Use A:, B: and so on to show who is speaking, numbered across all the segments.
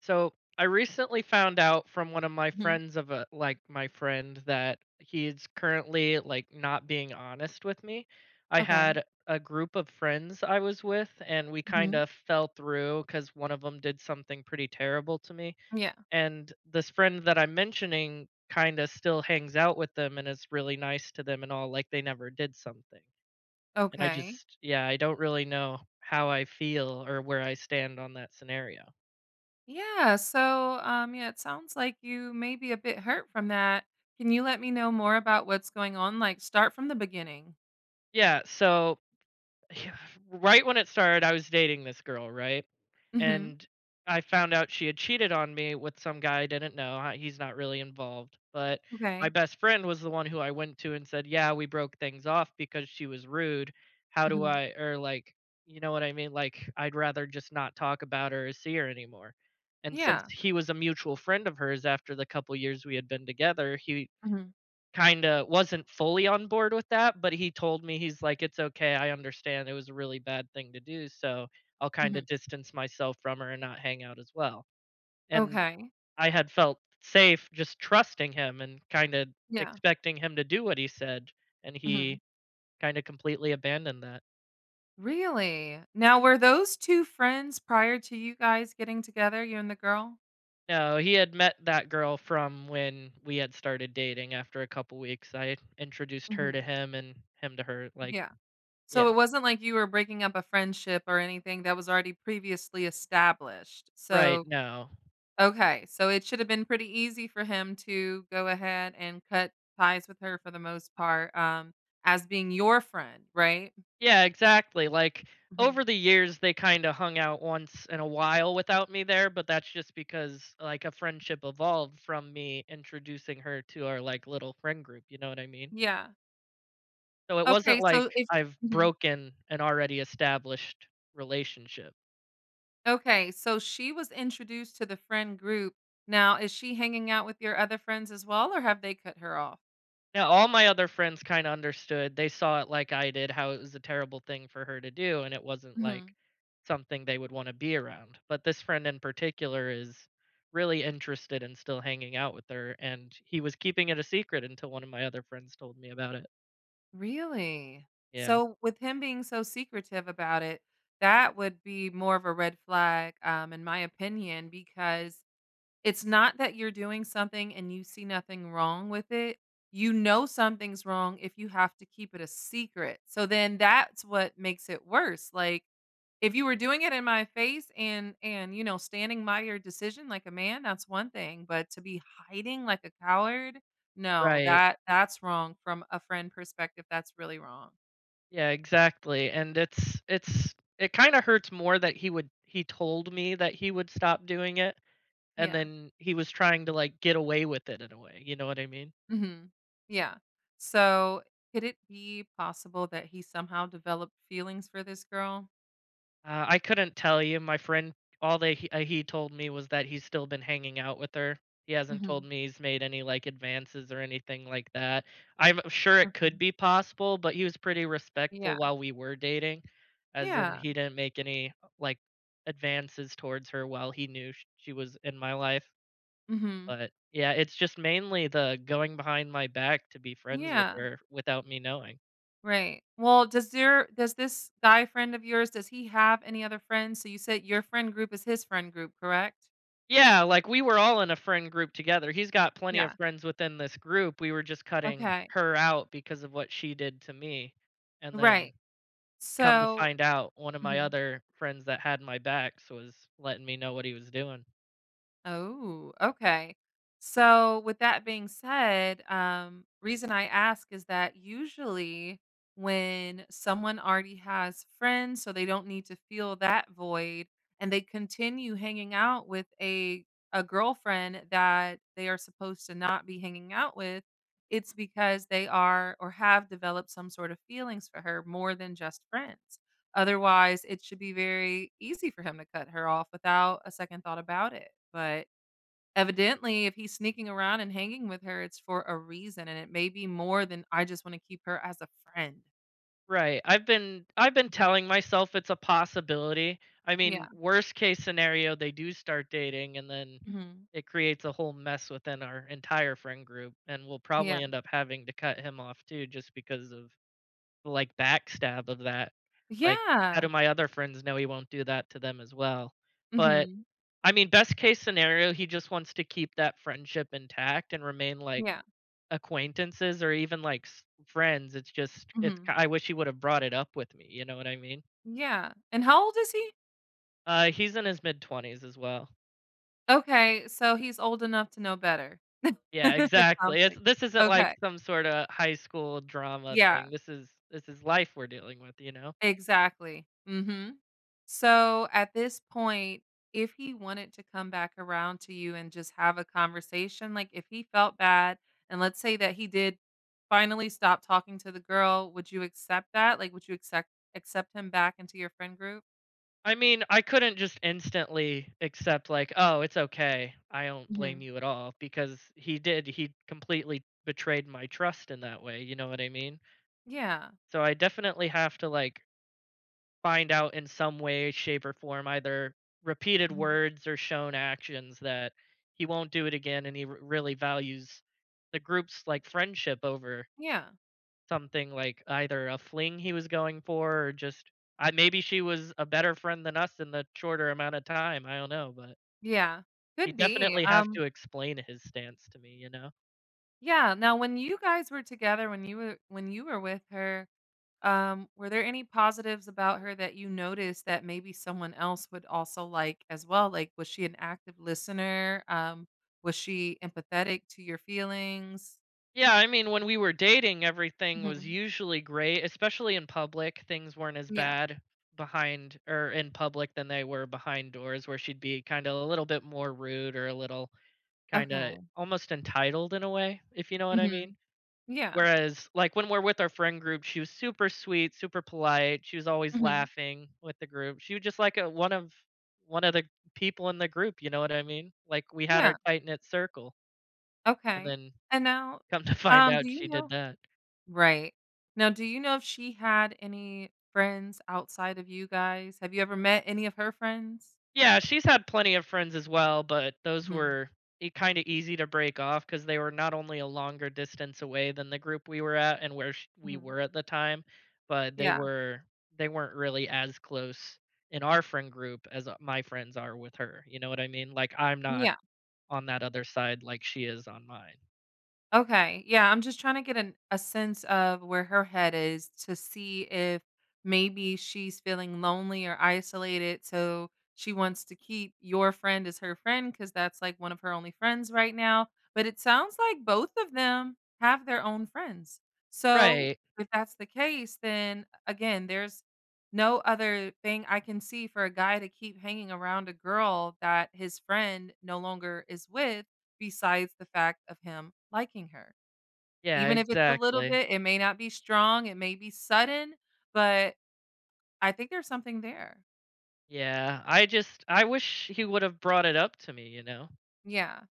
A: So I recently found out from one of my
B: Mhm.
A: friends of a like my friend that he's currently, like, not being honest with me. I
B: Okay.
A: had a group of friends I was with and we kind
B: Mhm.
A: of fell through cuz one of them did something pretty terrible to me,
B: Yeah.
A: and this friend that I'm mentioning kind of still hangs out with them and is really nice to them and all, like they never did something. And I
B: Okay.
A: just yeah, I don't really know how I feel or where I stand on that scenario.
B: Yeah. So, yeah, it sounds like you may be a bit hurt from that. Can you let me know more about what's going on? Like, start from the beginning.
A: Yeah, so right when it started, I was dating this girl, right?
B: Hmm.
A: And I found out she had cheated on me with some guy I didn't know. He's not really involved, but my
B: Okay.
A: best friend was the one who I went to and said, "Yeah, we broke things off because she was rude. How do
B: Hmm.
A: I, or like, you know what I mean? Like, I'd rather just not talk about her or see her anymore." And since
B: Yeah.
A: he was a mutual friend of hers after the couple years we had been together, he
B: Hmm.
A: kinda wasn't fully on board with that, but he told me, he's like, "It's okay, I understand it was a really bad thing to do, so I'll kinda
B: Hmm.
A: distance myself from her and not hang out as well." And
B: Okay.
A: I had felt safe just trusting him and kinda
B: Yeah.
A: expecting him to do what he said, and
B: Hmm.
A: he kinda completely abandoned that.
B: Really? Now, were those two friends prior to you guys getting together, you and the girl?
A: No, he had met that girl from when we had started dating. After a couple weeks, I introduced her to
B: Hmm.
A: him and him to her, like,
B: Yeah. So
A: yeah.
B: it wasn't like you were breaking up a friendship or anything that was already previously established.
A: Right,
B: So
A: no.
B: okay, so it should have been pretty easy for him to go ahead and cut ties with her for the most part, as being your friend, right?
A: Yeah, exactly. Like,
B: Mhm.
A: over the years, they kind of hung out once in a while without me there, but that's just because, like, a friendship evolved from me introducing her to our like little friend group. You know what I mean?
B: Yeah.
A: So it
B: Okay,
A: wasn't like
B: so if.
A: I've
B: Mhm.
A: broken an already established relationship.
B: Okay, so she was introduced to the friend group. Now, is she hanging out with your other friends as well, or have they cut her off?
A: Now, all my other friends kind of understood. They saw it like I did, how it was a terrible thing for her to do, and it wasn't like
B: Mhm.
A: something they would want to be around. But this friend in particular is really interested in still hanging out with her, and he was keeping it a secret until one of my other friends told me about it.
B: Really?
A: Yeah.
B: So, with him being so secretive about it, that would be more of a red flag, in my opinion, because it's not that you're doing something and you see nothing wrong with it. You know something's wrong if you have to keep it a secret. So then that's what makes it worse. Like if you were doing it in my face and standing by your decision like a man, that's one thing, but to be hiding like a coward, no,
A: Right.
B: that's wrong from a friend perspective. That's really wrong.
A: Yeah, exactly. And it's it kind of hurts more that he told me that he would stop doing it, and
B: Yeah.
A: then he was trying to like get away with it in a way, you know what I mean?
B: Mhm. Yeah. So could it be possible that he somehow developed feelings for this girl?
A: I couldn't tell you, my friend. All that he told me was that he's still been hanging out with her. He hasn't told
B: Mm-hmm.
A: me he's made any, like, advances or anything like that. I'm sure it could
B: Okay.
A: be possible, but he was pretty
B: Yeah.
A: respectful while we were dating, as in
B: Yeah.
A: he didn't make any, like, advances towards her while he knew sh she was in my life.
B: Mhm.
A: But, yeah, it's just mainly the going behind my back to be friends with
B: Yeah.
A: her without me knowing.
B: Right. Well, does this guy friend of yours, does he have any other friends? So you said your friend group is his friend group, correct?
A: Yeah, like, we were all in a friend group together. He's got plenty of
B: Yeah.
A: friends within this group. We were just cutting
B: Okay.
A: her out because of what she did to me. And then,
B: Right.
A: come to
B: So
A: find out, one of my
B: mhm.
A: other friends that had my backs was letting me know what he was doing.
B: Oh, okay. So, with that being said, reason I ask is that usually when someone already has friends, so they don't need to feel that void, and they continue hanging out with a girlfriend that they are supposed to not be hanging out with, it's because they are or have developed some sort of feelings for her more than just friends. Otherwise, it should be very easy for him to cut her off without a second thought about it, but evidently, if he's sneaking around and hanging with her, it's for a reason, and it may be more than, "I just wanna keep her as a friend."
A: Right. I've been telling myself it's a possibility. I
B: Yeah,
A: mean, worst case scenario, they do start dating and then
B: mhm,
A: it creates a whole mess within our entire friend group, and we'll
B: yeah.
A: probably end up having to cut him off too just because of, like, backstab of that. Like, how do
B: Yeah.
A: my other friends know he won't do that to them as well? But,
B: Mhm.
A: I mean, best case scenario, he just wants to keep that friendship intact and remain, like,
B: Yeah,
A: acquaintances or even, like, s friends. It's just it's ki
B: mhm.
A: I wish he would've brought it up with me, you know what I mean?
B: Yeah, and how old is he?
A: He's in his mid-20s as well.
B: Okay, so he's old enough to know better.
A: Yeah,
B: It sounds
A: exactly. It's
B: like
A: this isn't like
B: okay,
A: some sorta high school drama
B: yeah,
A: thing. This is life we're dealing with, you know?
B: exactly, mhm. So at this point, if he wanted to come back around to you and just have a conversation, like if he felt bad, and let's say that he did finally stop talking to the girl, would you accept that? Like, would you accept accept him back into your friend group?
A: I mean, I couldn't just instantly accept like, "Oh, it's okay. I don't blame
B: Mhm.
A: you at all," because he completely betrayed my trust in that way, you know what I mean?
B: Yeah.
A: So I definitely have to, like, find out in some way, shape, or form, either repeated
B: Mhm.
A: words or shown actions that he won't do it again, and he r really values the group's, like, friendship over
B: Yeah.
A: something like either a fling he was going for or just, I maybe she was a better friend than us in the shorter amount of time, I don't know, but
B: Yeah.
A: you
B: Could be.
A: definitely have to explain his stance to me, you know?
B: Yeah, now when you were with her, were there any positives about her that you noticed that maybe someone else would also like as well? Like, was she an active listener? Was she empathetic to your feelings?
A: Yeah, I mean, when we were dating, everything was
B: Mhm.
A: usually great, especially in public. Things weren't as
B: Yeah.
A: bad behind or in public than they were behind doors, where she'd be kind of a little bit more rude or a little kind of
B: Okay.
A: almost entitled in a way, if you know what I mean.
B: Hmm. Yeah.
A: Whereas, like, when we're with our friend group, she was super sweet, super polite, she was always
B: Hmm.
A: laughing with the group. She was just like a one of the people in the group, you know what I mean? Like, we had our
B: Yeah.
A: tight-knit circle, and
B: Okay.
A: then,
B: And now,
A: come to find
B: do
A: out
B: you
A: she did
B: know?
A: that.
B: Right. Now, do you know if she had any friends outside of you guys? Have you ever met any of her friends?
A: Yeah, she's had plenty of friends as well, but those
B: Hmm.
A: were kind of easy to break off because they were not only a longer distance away than the group we were at, and where we
B: Hmm.
A: were at the time, but
B: Yeah.
A: they weren't really as close in our friend group as my friends are with her. You know what I mean? Like, I'm not
B: Yeah.
A: on that other side like she is on mine.
B: Okay. Yeah, I'm just trying to get a sense of where her head is to see if maybe she's feeling lonely or isolated. So she wants to keep your friend as her friend because that's like one of her only friends right now. But it sounds like both of them have their own friends. So
A: Right.
B: if that's the case, then again, there's no other thing I can see for a guy to keep hanging around a girl that his friend no longer is with besides the fact of him liking her.
A: Yeah,
B: Even if it's a little
A: exactly.
B: bit, it may not be strong, it may be sudden, but I think there's something there.
A: Yeah, I wish he would have brought it up to me, you know.
B: Yeah.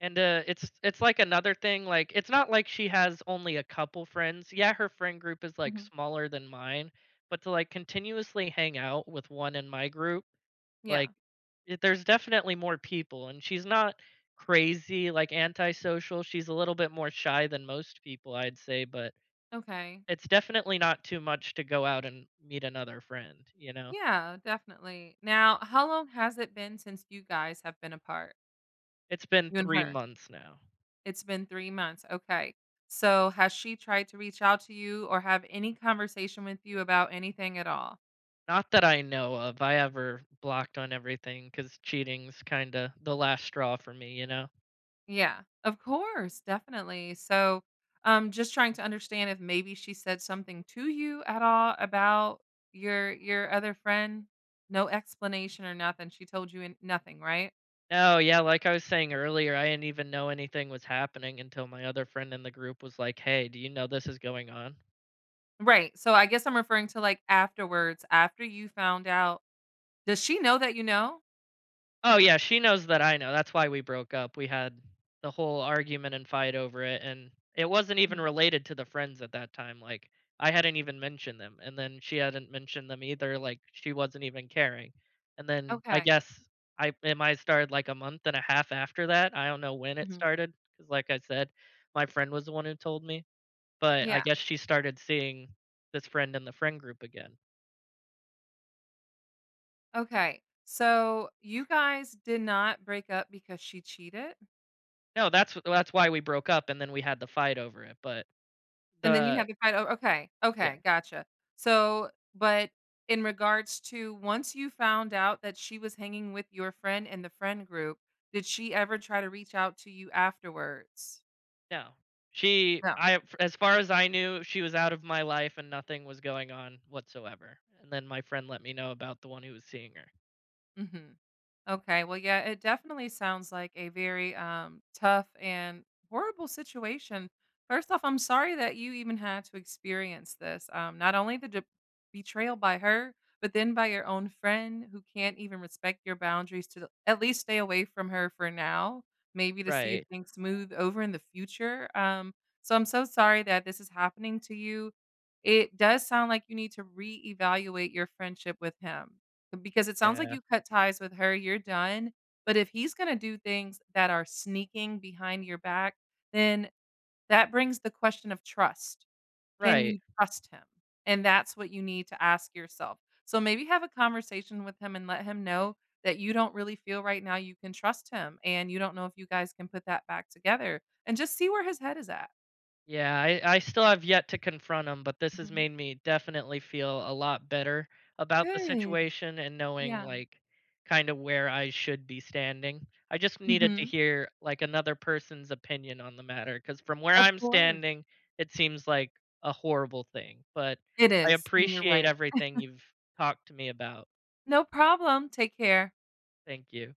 A: And, it's like another thing, like, it's not like she has only a couple friends. Yeah, her friend group is, like,
B: Mhm.
A: smaller than mine, but to, like, continuously hang out with one in my group,
B: Yeah.
A: like, it there's definitely more people, and she's not crazy, like, antisocial. She's a little bit more shy than most people, I'd say, but
B: Okay.
A: it's definitely not too much to go out and meet another friend, you know?
B: Yeah, definitely. Now, how long has it been since you guys have been apart?
A: It's been
B: You and
A: 3
B: her?
A: months now.
B: It's been 3 months. Okay. So, has she tried to reach out to you or have any conversation with you about anything at all?
A: Not that I know of. I ever blocked on everything because cheating's kinda the last straw for me, you know?
B: Yeah, of course, definitely. So, just trying to understand if maybe she said something to you at all about your other friend. No explanation or nothing. She told you in nothing, right?
A: No, yeah, like I was saying earlier, I didn't even know anything was happening until my other friend in the group was like, "Hey, do you know this is going on?"
B: Right. So I guess I'm referring to like afterwards, after you found out. Does she know that you know?
A: Oh yeah, she knows that I know. That's why we broke up. We had the whole argument and fight over it, and it wasn't even
B: Mhm.
A: related to the friends at that time. Like, I hadn't even mentioned them, and then she hadn't mentioned them either. Like, she wasn't even caring. And then I
B: Okay.
A: guess, I, it might have started like a month and a half after that. I don't know when it
B: Mhm.
A: started because like I said, my friend was the one who told me. But I
B: Yeah.
A: guess she started seeing this friend in the friend group again.
B: Okay. So you guys did not break up because she cheated?
A: No, that's why we broke up, and then we had the fight over it. But
B: And then you
A: the,
B: had the fight o okay,
A: yeah.
B: okay, gotcha. So, but in regards to once you found out that she was hanging with your friend in the friend group, did she ever try to reach out to you afterwards?
A: No. She
B: No,
A: I, as far as I knew, she was out of my life and nothing was going on whatsoever, and then my friend let me know about the one who was seeing her.
B: mhm. Okay. Well, yeah, it definitely sounds like a very tough and horrible situation. First off, I'm sorry that you even had to experience this. Not only the betrayal by her, but then by your own friend who can't even respect your boundaries to at least stay away from her for now, maybe to see if
A: Right.
B: things smooth over in the future. So I'm so sorry that this is happening to you. It does sound like you need to reevaluate your friendship with him because it sounds like
A: Yeah.
B: you cut ties with her, you're done, but if he's gonna do things that are sneaking behind your back, then that brings the question of trust. Can you
A: Right.
B: trust him? And that's what you need to ask yourself. So maybe have a conversation with him and let him know that you don't really feel right now you can trust him, and you don't know if you guys can put that back together, and just see where his head is at.
A: Yeah, I still have yet to confront him, but this has
B: Mhm.
A: made me definitely feel a lot better about the
B: Good.
A: situation and knowing,
B: Yeah.
A: like, kind of where I should be standing. I just needed to
B: Mhm.
A: hear like another person's opinion on the matter because from where
B: Of
A: I'm
B: course.
A: standing, it seems like a horrible thing. But
B: It
A: I
B: is, and you're
A: appreciate
B: right.
A: everything you've talked to me about.
B: No problem. Take care.
A: Thank you.